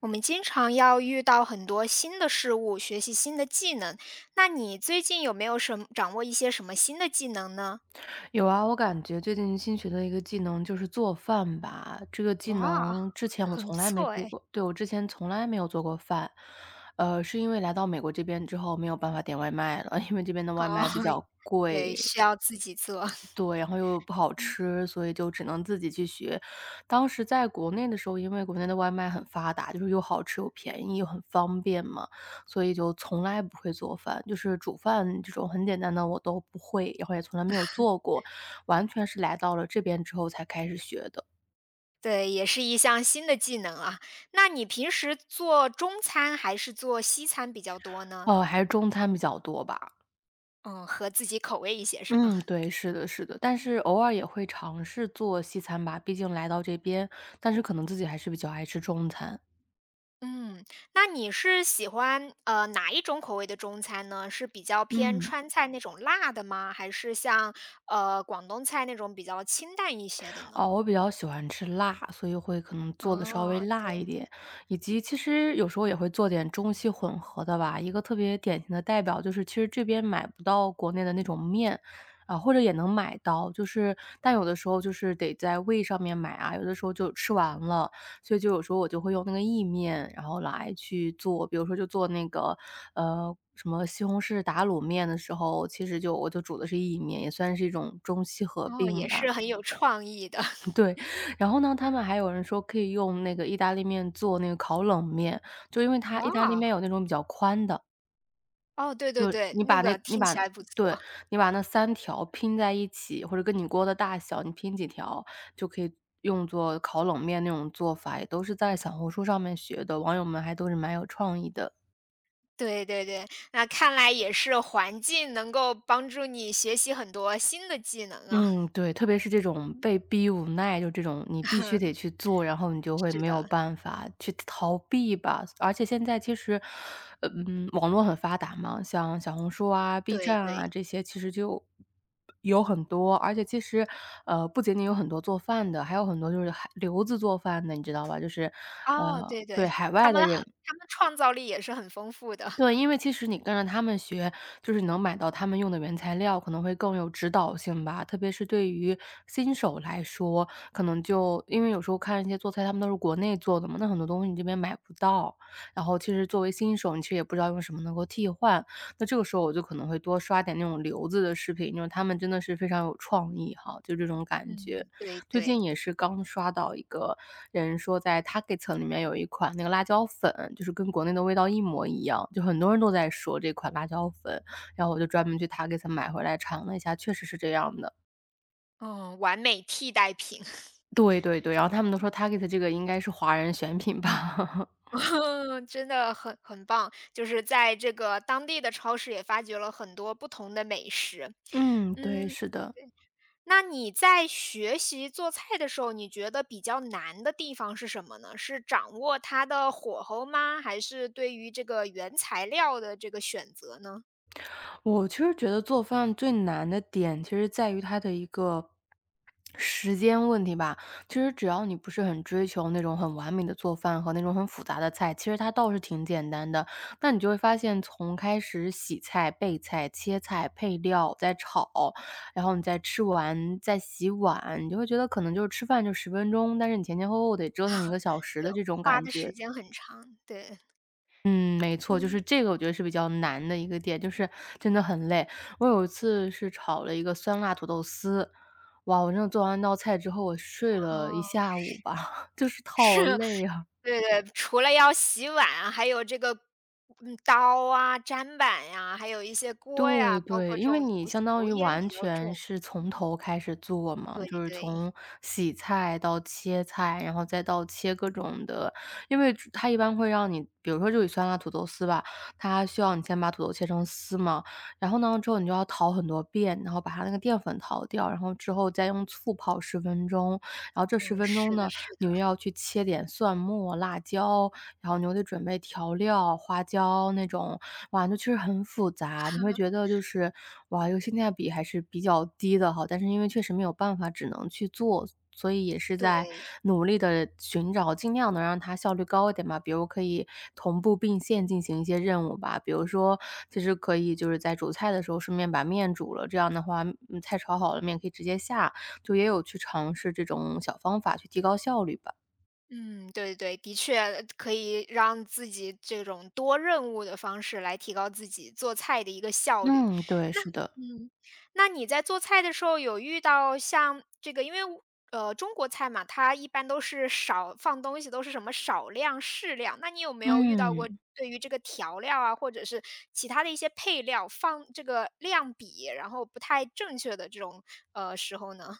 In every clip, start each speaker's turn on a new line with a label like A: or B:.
A: 我们经常要遇到很多新的事物，学习新的技能。那你最近有没有什么掌握一些什么新的技能呢？
B: 有啊，我感觉最近新学的一个技能就是做饭吧。这个技
A: 哇，
B: 能之前我
A: 很不
B: 从来没
A: 错
B: 做
A: 哎！
B: 过，对，我之前从来没有做过饭，是因为来到美国这边之后没有办法点外卖了，因为这边的
A: 哦，
B: 外卖比 较
A: 对，
B: 贵，
A: 需要自己做，
B: 对，然后又不好吃，所以就只能自己去学。当时在国内的时候，因为国内的外卖很发达，就是又好吃又便宜又很方便嘛，所以就从来不会做饭，就是煮饭这种很简单的我都不会，然后也从来没有做过，完全是来到了这边之后才开始学的。
A: 对，也是一项新的技能啊。那你平时做中餐还是做西餐比较多呢？
B: 还是中餐比较多吧。
A: 嗯，合自己口味一些是吗？
B: 嗯，对，是的，是的，但是偶尔也会尝试做西餐吧，毕竟来到这边，但是可能自己还是比较爱吃中餐。
A: 嗯，那你是喜欢哪一种口味的中餐呢？是比较偏
B: 嗯。
A: 川菜那种辣的吗？还是像广东菜那种比较清淡一些的
B: 哦，
A: 呢？
B: 我比较喜欢吃辣，所以会可能做的稍微
A: 哦，对
B: 辣一点，
A: 对，
B: 以及其实有时候也会做点中西混合的吧。一个特别典型的代表就是，其实这边买不到国内的那种面，啊，或者也能买到，就是但有的时候就是得在胃上面买啊，有的时候就吃完了，所以就有时候我就会用那个意面，然后来去做，比如说就做那个，什么西红柿打卤面的时候，其实就我就煮的是意面，也算是一种中西合
A: 哦，
B: 并
A: 也
B: 吧。
A: 是很有创意的。
B: 对，然后呢，他
A: 嗯，
B: 们还有人说可以用那个意大利面做那个烤冷面，就因为它意大利
A: 哇，
B: 面有那种比较宽的，
A: 哦，对
B: 就
A: 对对，
B: 你
A: 那
B: 把那
A: 个
B: 你
A: 听
B: 把
A: 起来不
B: 对，
A: 错。
B: 你把那三条拼在一起，或者跟你锅的大小，你拼几条就可以用作烤冷面那种做法，也都是在小红书上面学的，网友们还都是蛮有创意的。
A: 对对对，那看来也是环境能够帮助你学习很多新的技能啊。
B: 嗯，对，特别是这种被逼无奈，就这种你必须得 去做，然后你就会
A: 是
B: 没有
A: 的，
B: 办法去逃避吧。而且现在其实，网络很发达嘛，像小红书啊、B
A: 对
B: 站啊
A: 对，
B: 这些，其实就有很多。而且其实，不仅仅有很多做饭的，还有很多就是海留子做饭的，你知道吧？就是，
A: 哦，对
B: 对，
A: 对，
B: 海
A: 他
B: 外
A: 们
B: 的
A: 很
B: 人
A: 他们创造力也是很丰富的。
B: 对，因为其实你跟着他们学，就是能买到他们用的原材料，可能会更有指导性吧。特别是对于新手来说，可能就因为有时候看一些做菜，他们都是国内做的嘛，那很多东西你这边买不到。然后其实作为新手，你其实也不知道用什么能够替换。那这个时候我就可能会多刷点那种留子的视频，就是他们真的是非常有创意哈，就这种感觉。
A: 嗯，对
B: 最
A: 对。
B: 近也是刚刷到一个人说，在 Target 里面有一款那个辣椒粉，就是跟国内的味道一模一样，就很多人都在说这款辣椒粉，然后我就专门去 Target 买回来尝了一下，确实是这样的。
A: 嗯，完美替代品。
B: 对对对，然后他们都说 Target 这个应该是华人选品吧。
A: 真的很棒，就是在这个当地的超市也发掘了很多不同的美食。
B: 嗯，对，
A: 嗯，
B: 是的。
A: 对。那你在学习做菜的时候，你觉得比较难的地方是什么呢？是掌握它的火候吗？还是对于这个原材料的这个选择呢？
B: 我其实觉得做饭最难的点，其实在于它的一个时间问题吧。其实只要你不是很追求那种很完美的做饭和那种很复杂的菜，其实它倒是挺简单的。那你就会发现，从开始洗菜、备菜、切菜、配料、再炒，然后你再吃完、再洗碗，你就会觉得可能就是吃饭就十分钟，但是你前前后后得折腾1个小时
A: 对，
B: 的这种
A: 花
B: 感
A: 的时
B: 觉。
A: 间很长，对，
B: 嗯，没错，就是
A: 嗯，
B: 这个我觉得是比较难的一个点，就是真的很累。我有一次是炒了一个酸辣土豆丝，哇，我真的做完那道菜之后，我睡了一
A: 哦，
B: 下午吧，就是 好
A: 是。
B: 累啊。
A: 对对，除了要洗碗啊还有这个，嗯，刀啊、砧板呀，还有一些锅
B: 对
A: 呀，包括
B: 对，
A: 这
B: 因为
A: 种
B: 你相当
A: 油
B: 于
A: 烟
B: 完
A: 比较重。
B: 全是从头开始做嘛，
A: 对
B: 就是
A: 对，
B: 从洗菜到切菜，然后再到切各种的，因为它一般会让你，比如说就以酸辣土豆丝吧，它需要你先把土豆切成丝嘛，然后呢之后你就要淘很多遍，然后把它那个淀粉淘掉，然后之后再用醋泡十分钟，然后这十
A: 嗯，
B: 分钟
A: 是的
B: 呢
A: 是
B: 你
A: 的，
B: 又要去切点蒜末、辣椒，然后你得准备调料、花椒那种，哇，那确实很复杂。你会 觉得就是，哇，这个性价比还是比较低的哈，但是因为确实没有办法，只能去做，所以也是在
A: 对，
B: 努力的寻找，尽量能让它效率高一点吧。比如可以同步并线进行一些任务吧，比如说其实可以就是在煮菜的时候顺便把面煮了，这样的话，嗯，菜炒好了，面可以直接下。就也有去尝试这种小方法去提高效率吧。
A: 嗯，对对，的确可以让自己这种多任务的方式来提高自己做菜的一个效率。
B: 嗯，对，是的。
A: 嗯，那你在做菜的时候有遇到像这个因为我，中国菜嘛，它一般都是少放东西，都是什么少量、适量，那你有没有遇到过
B: 嗯，
A: 对于这个调料啊，或者是其他的一些配料放这个量比，然后不太正确的这种，时候呢？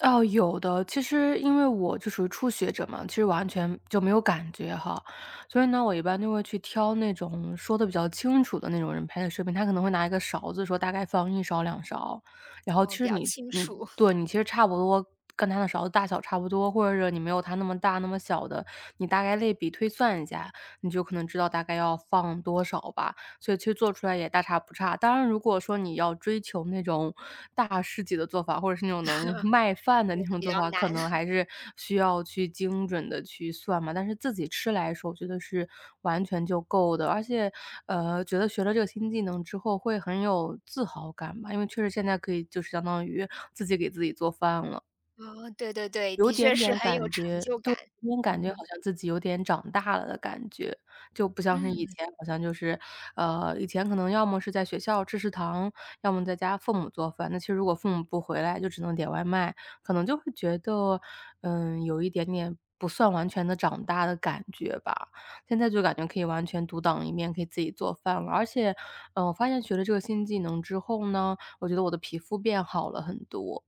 B: 哦，有的。其实因为我就属于初学者嘛，其实完全就没有感觉哈，所以呢，我一般就会去挑那种说的比较清楚的那种人拍的视频。他可能会拿一个勺子说大概放一勺、两勺，然后其
A: 哦，
B: 实
A: 比较清楚，
B: 对，你其实差不多跟他的勺子大小差不多，或者是你没有他那么大那么小的，你大概类比推算一下，你就可能知道大概要放多少吧。所以其实做出来也大差不差。当然，如果说你要追求那种大师级的做法，或者是那种能卖饭的
A: 那
B: 那
A: 个
B: 种
A: 比
B: 做
A: 较
B: 法，可
A: 难。
B: 能 还是需要去精准的去算嘛。但是自己吃来说，我觉得是完全就够的。而且，觉得学了这个新技能之后会很有自豪感吧，因为确实现在可以就是相当于自己给自己做饭了。
A: 哦，对对对，
B: 有
A: 的确
B: 点
A: 是
B: 点
A: 很有
B: 感
A: 成
B: 觉
A: 就感，
B: 就有点感觉好
A: 嗯，
B: 像自己有点长大了的感觉，就不像是以
A: 嗯。
B: 前好像就是，以前可能要么是在学校吃食堂，要么在家父母做饭。那其实如果父母不回来，就只能点外卖，可能就会觉得，嗯，有一点点不算完全的长大的感觉吧。现在就感觉可以完全独当一面，可以自己做饭了。而且，嗯，我发现学了这个新技能之后呢，我觉得我的皮肤变好了很多。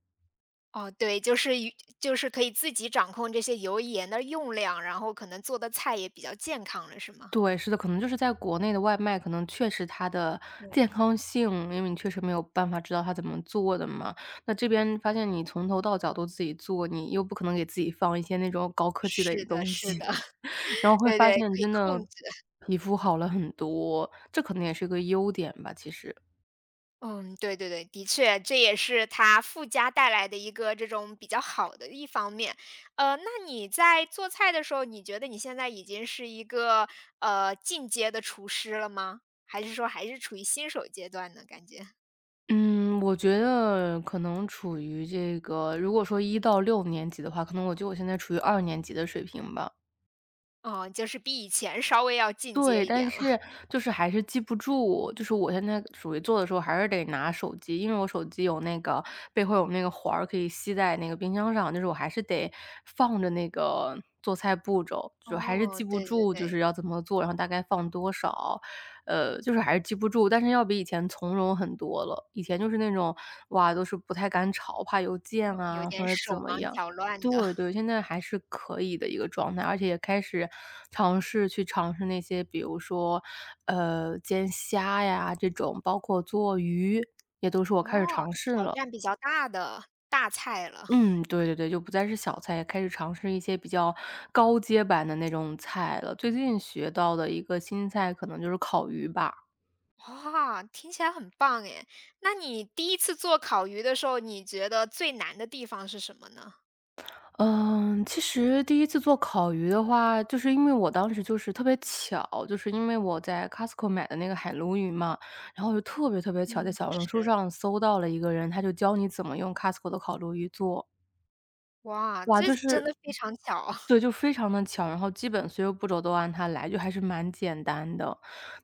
A: 哦，对，就是与就是可以自己掌控这些油盐的用量，然后可能做的菜也比较健康了，是吗？
B: 对，是的，可能就是在国内的外卖，可能确实它的健康性，因为你确实没有办法知道它怎么做的嘛。那这边发现你从头到脚都自己做，你又不可能给自己放一些那种高科技的
A: 是的，
B: 东
A: 是
B: 西，
A: 的，
B: 然后会
A: 对
B: 发
A: 对，
B: 现
A: 可以
B: 真
A: 控
B: 的
A: 制。
B: 皮肤好了很多，这可能也是个优点吧，其实。
A: 嗯，对对对，的确，这也是它附加带来的一个这种比较好的一方面。那你在做菜的时候，你觉得你现在已经是一个进阶的厨师了吗？还是说还是处于新手阶段呢？感觉，
B: 嗯，我觉得可能处于这个，如果说一到六年级的话，可能我觉得我现在处于二年级的水平吧。
A: 哦，就是比以前稍微要进
B: 对，
A: 阶一
B: 但
A: 点了。
B: 是就是还是记不住，就是我现在属于做的时候还是得拿手机，因为我手机有那个背后有那个环儿可以吸在那个冰箱上，就是我还是得放着那个做菜步骤，就还是
A: 哦，
B: 记不
A: 对对
B: 住就是
A: 对。
B: 要怎么做，然后大概放多少，就是还是记不住，但是要比以前从容很多了。以前就是那种，哇，都是不太敢炒，怕邮溅
A: 有
B: 啊，
A: 点
B: 或者怎
A: 手
B: 么
A: 忙
B: 样。
A: 脚乱的，
B: 对 对，现在还是可以的一个状态，而且也开始尝试那些，比如说，煎虾呀这种，包括做鱼，也都是我开始
A: 哦，
B: 尝试
A: 挑
B: 了。
A: 战比较大的大菜了，
B: 嗯，对对对，就不再是小菜，也开始尝试一些比较高阶版的那种菜了。最近学到的一个新菜可能就是烤鱼吧。
A: 哇，听起来很棒诶。那你第一次做烤鱼的时候，你觉得最难的地方是什么呢？
B: 嗯，其实第一次做烤鱼的话，就是因为我当时就是特别巧，就是因为我在 Costco 买的那个海鲈鱼嘛，然后我就特别特别巧，在
A: 嗯，
B: 小红
A: 是，
B: 书上搜到了一个人，他就教你怎么用 Costco 的烤鲈鱼做。
A: 哇，
B: 哇，
A: 这
B: 就
A: 真
B: 是
A: 的非常巧。
B: 对，就非常的巧，然后基本所有步骤都按它来，就还是蛮简单的。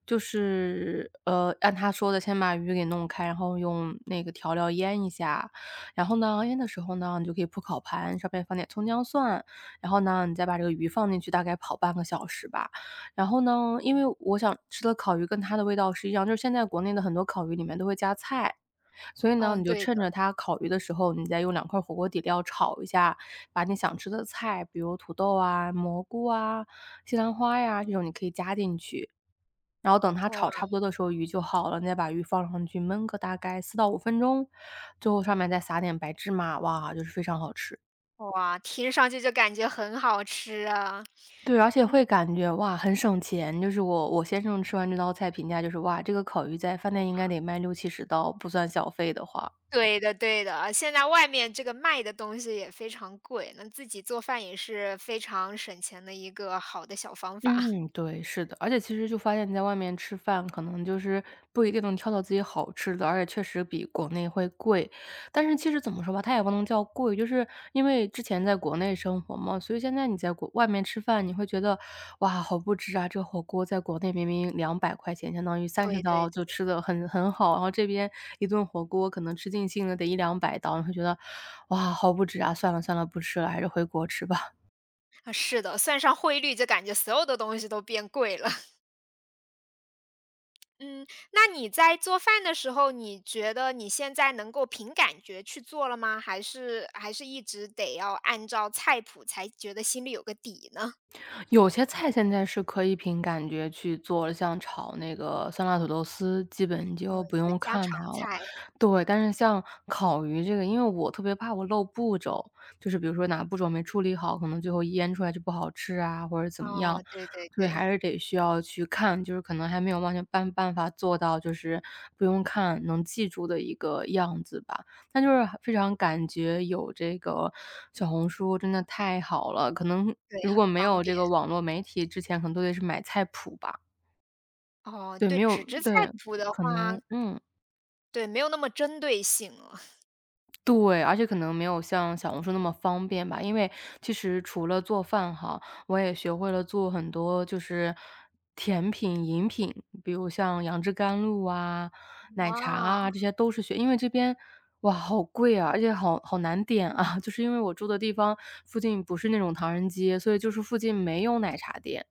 B: 就是，按他说的先把鱼给弄开，然后用那个调料腌一下，然后呢，腌的时候呢，你就可以铺烤盘，上面放点葱姜蒜，然后呢，你再把这个鱼放进去，大概跑半个小时吧。然后呢，因为我想吃的烤鱼跟它的味道是一样，就是现在国内的很多烤鱼里面都会加菜，所以呢，
A: 嗯，
B: 你就
A: 对的，
B: 趁着它烤鱼的时候，你再用两块火锅底料炒一下，把你想吃的菜，比如土豆啊、蘑菇啊、西兰花呀，这种你可以加进去。然后等它
A: 哇，
B: 炒差不多的时候，鱼就好了，你再把鱼放上去焖个大概四到五分钟，最后上面再撒点白芝麻，哇，就是非常好吃。
A: 哇，听上去就感觉很好吃啊。
B: 对，而且
A: 嗯，
B: 会感觉，哇，很省钱，就是我先生吃完这道菜评价就是：“哇，这个烤鱼在饭店应
A: 哇。
B: 该得卖六七十刀，不算小费的话。”
A: 对的对的，现在外面这个卖的东西也非常贵，那自己做饭也是非常省钱的一个好的小方法。
B: 嗯，对，是的。而且其实就发现你在外面吃饭，可能就是不一定能挑到自己好吃的，而且确实比国内会贵。但是其实怎么说吧，它也不能叫贵，就是因为之前在国内生活嘛，所以现在你在国外面吃饭，你会觉得哇，好不值啊！这火锅在国内明明两百块钱，相当于三十
A: 对对。
B: 刀就吃的很好，然后这边一顿火锅可能吃尽兴了得一两百刀，你会觉得哇，好不值啊！算了算了，不吃了，还是回国吃吧。
A: 啊，是的，算上汇率就感觉所有的东西都变贵了。嗯，那你在做饭的时候，你觉得你现在能够凭感觉去做了吗？还是还是一直得要按照菜谱才觉得心里有个底呢？
B: 有些菜现在是可以凭感觉去做了，像炒那个酸辣土豆丝，基本
A: 嗯，
B: 就不
A: 就
B: 用
A: 家
B: 看
A: 常
B: 它了。
A: 菜。
B: 对，但是像烤鱼这个，因为我特别怕我漏步骤，就是比如说哪步骤没处理好，可能最后腌出来就不好吃啊，或者怎么样。
A: 哦，对对
B: 所以
A: 对，
B: 还是得需要去看，就是可能还没有完全办法做到，就是不用看能记住的一个样子吧。但就是非常感觉有这个小红书真的太好了，可能
A: 对，
B: 如
A: 很
B: 果没
A: 方
B: 有这
A: 便。
B: 个网络媒体之前，可能都得是买菜谱吧。
A: 哦，
B: 对，
A: 对，
B: 没有
A: 纸质菜
B: 对，
A: 谱的
B: 可
A: 话，
B: 能嗯。
A: 对，没有那么针对性了。
B: 对，而且可能没有像小红书那么方便吧，因为其实除了做饭哈，我也学会了做很多就是甜品、饮品，比如像杨枝甘露啊、奶茶啊，
A: 哇。
B: 这些都是学因为这边哇，好贵啊，而且好难点啊，就是因为我住的地方附近不是那种唐人街，所以就是附近没有奶茶店。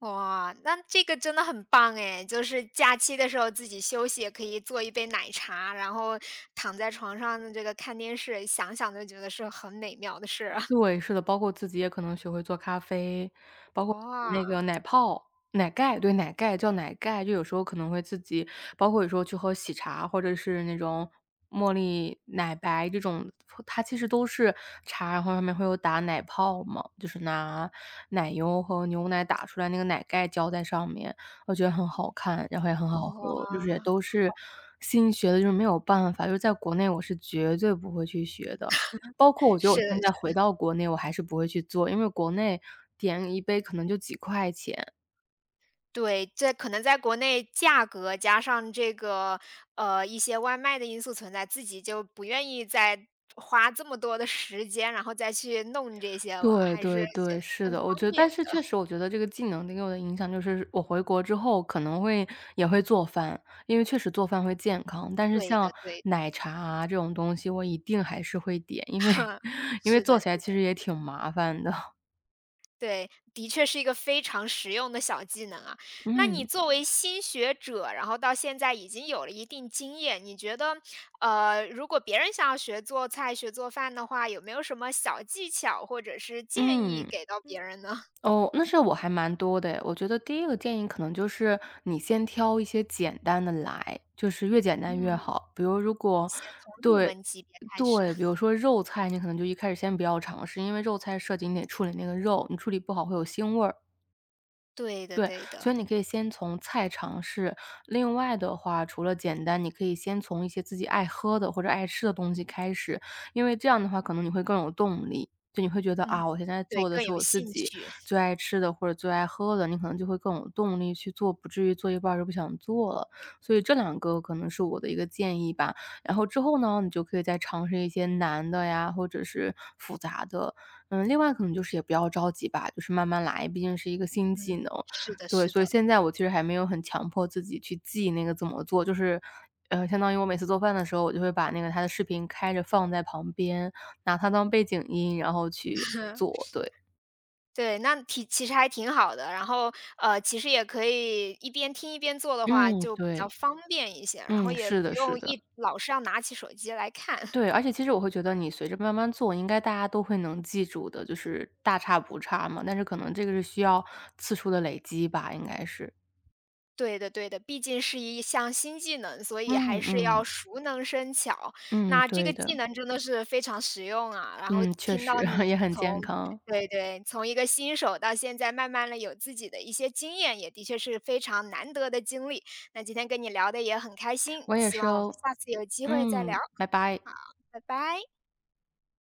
A: 哇，那这个真的很棒哎！就是假期的时候自己休息，也可以做一杯奶茶，然后躺在床上的这个看电视，想想就觉得是很美妙的事啊。
B: 对，是的，包括自己也可能学会做咖啡，包括那
A: 哇。
B: 个奶泡、奶盖，对，奶盖叫奶盖，就有时候可能会自己，包括有时候去喝喜茶，或者是那种茉莉奶白这种，它其实都是茶，然后上面会有打奶泡嘛，就是拿奶油和牛奶打出来那个奶盖浇在上面，我觉得很好看，然后也很好喝，就是
A: 哇，
B: 也都是新学的，就是没有办法，就是在国内我是绝对不会去学的。包括我觉得我
A: 是的，
B: 现在
A: 是。
B: 回到国内，我还是不会去做，因为国内点一杯可能就几块钱。
A: 对，这可能在国内价格加上这个一些外卖的因素存在，自己就不愿意再花这么多的时间，然后再去弄这些了，
B: 对
A: 还是
B: 对
A: 选
B: 对，
A: 择
B: 是
A: 更
B: 的，我
A: 方
B: 觉得
A: 便。
B: 但是确实我觉得这个技能给我的影响就是，我回国之后可能会也会做饭，因为确实做饭会健康，但是
A: 对
B: 像
A: 的，对的，
B: 奶茶啊这种东西，我一定还是会点，因为 因为
A: 是的，
B: 做
A: 是
B: 起来其实
A: 的。
B: 也挺麻烦的。
A: 对，的确是一个非常实用的小技能啊。那
B: 嗯，
A: 你作为新学者，然后到现在已经有了一定经验，你觉得，如果别人想要学做菜、学做饭的话，有没有什么小技巧或者是建议
B: 嗯。
A: 给到别人呢？
B: 哦，那是我还蛮多的诶。我觉得第一个建议可能就是你先挑一些简单的来，就是越简单越
A: 嗯，
B: 好。比如如果
A: 先从入
B: 对，
A: 门级别开始。
B: 对，比如 说肉菜，你可能就一开始先不要尝试，因为肉菜涉及你得处理那个肉，你处理不好会有腥味儿。
A: 对的，
B: 对，
A: 对
B: 所以
A: 的，
B: 你可以先从菜尝试。另外的话，除了简单，你可以先从一些自己爱喝的或者爱吃的东西开始，因为这样的话可能你会更有动力。就你会觉得
A: 嗯，
B: 啊，我现在
A: 对，
B: 做的
A: 更
B: 是
A: 有
B: 我自
A: 兴
B: 己
A: 趣。
B: 最爱吃的或者最爱喝的，你可能就会更有动力去做，不至于做一半儿就不想做了。所以这两个可能是我的一个建议吧。然后之后呢，你就可以再尝试一些难的呀，或者是复杂的。嗯，另外可能就是也不要着急吧，就是慢慢来，毕竟是一个新技
A: 嗯，
B: 能。
A: 是的，
B: 对，
A: 是
B: 所以
A: 的。
B: 现在我其实还没有很强迫自己去记那个怎么做，就是，相当于我每次做饭的时候，我就会把那个他的视频开着放在旁边，拿它当背景音，然后去 做，对。
A: 对，那挺其实还挺好的。然后，其实也可以一边听一边做的话，
B: 嗯，
A: 就比较
B: 对，
A: 方便一些，然后
B: 嗯，
A: 也
B: 是
A: 不
B: 的，是
A: 用
B: 的。
A: 一老是要拿起手机来看。
B: 对，而且其实我会觉得你随着慢慢做，应该大家都会能记住的，就是大差不差嘛，但是可能这个是需要次数的累积吧，应该是。
A: 对的，对的，毕竟是一项新技能，所以
B: 嗯
A: 还是
B: 嗯，
A: 要熟能生巧。
B: 嗯，
A: 那这
B: 对
A: 个技
B: 的，
A: 能真的是非常实用啊，然后
B: 嗯，确
A: 听
B: 实
A: 到
B: 也
A: 你
B: 很健
A: 从
B: 康。
A: 对对，从一个新手到现在慢慢的有自己的一些经验，也的确是非常难得的经历。那今天跟你聊的也很开心，
B: 我也
A: 希
B: 是
A: 望我们
B: 哦，
A: 下次有机会再聊。
B: 嗯，拜拜。
A: 好，拜拜。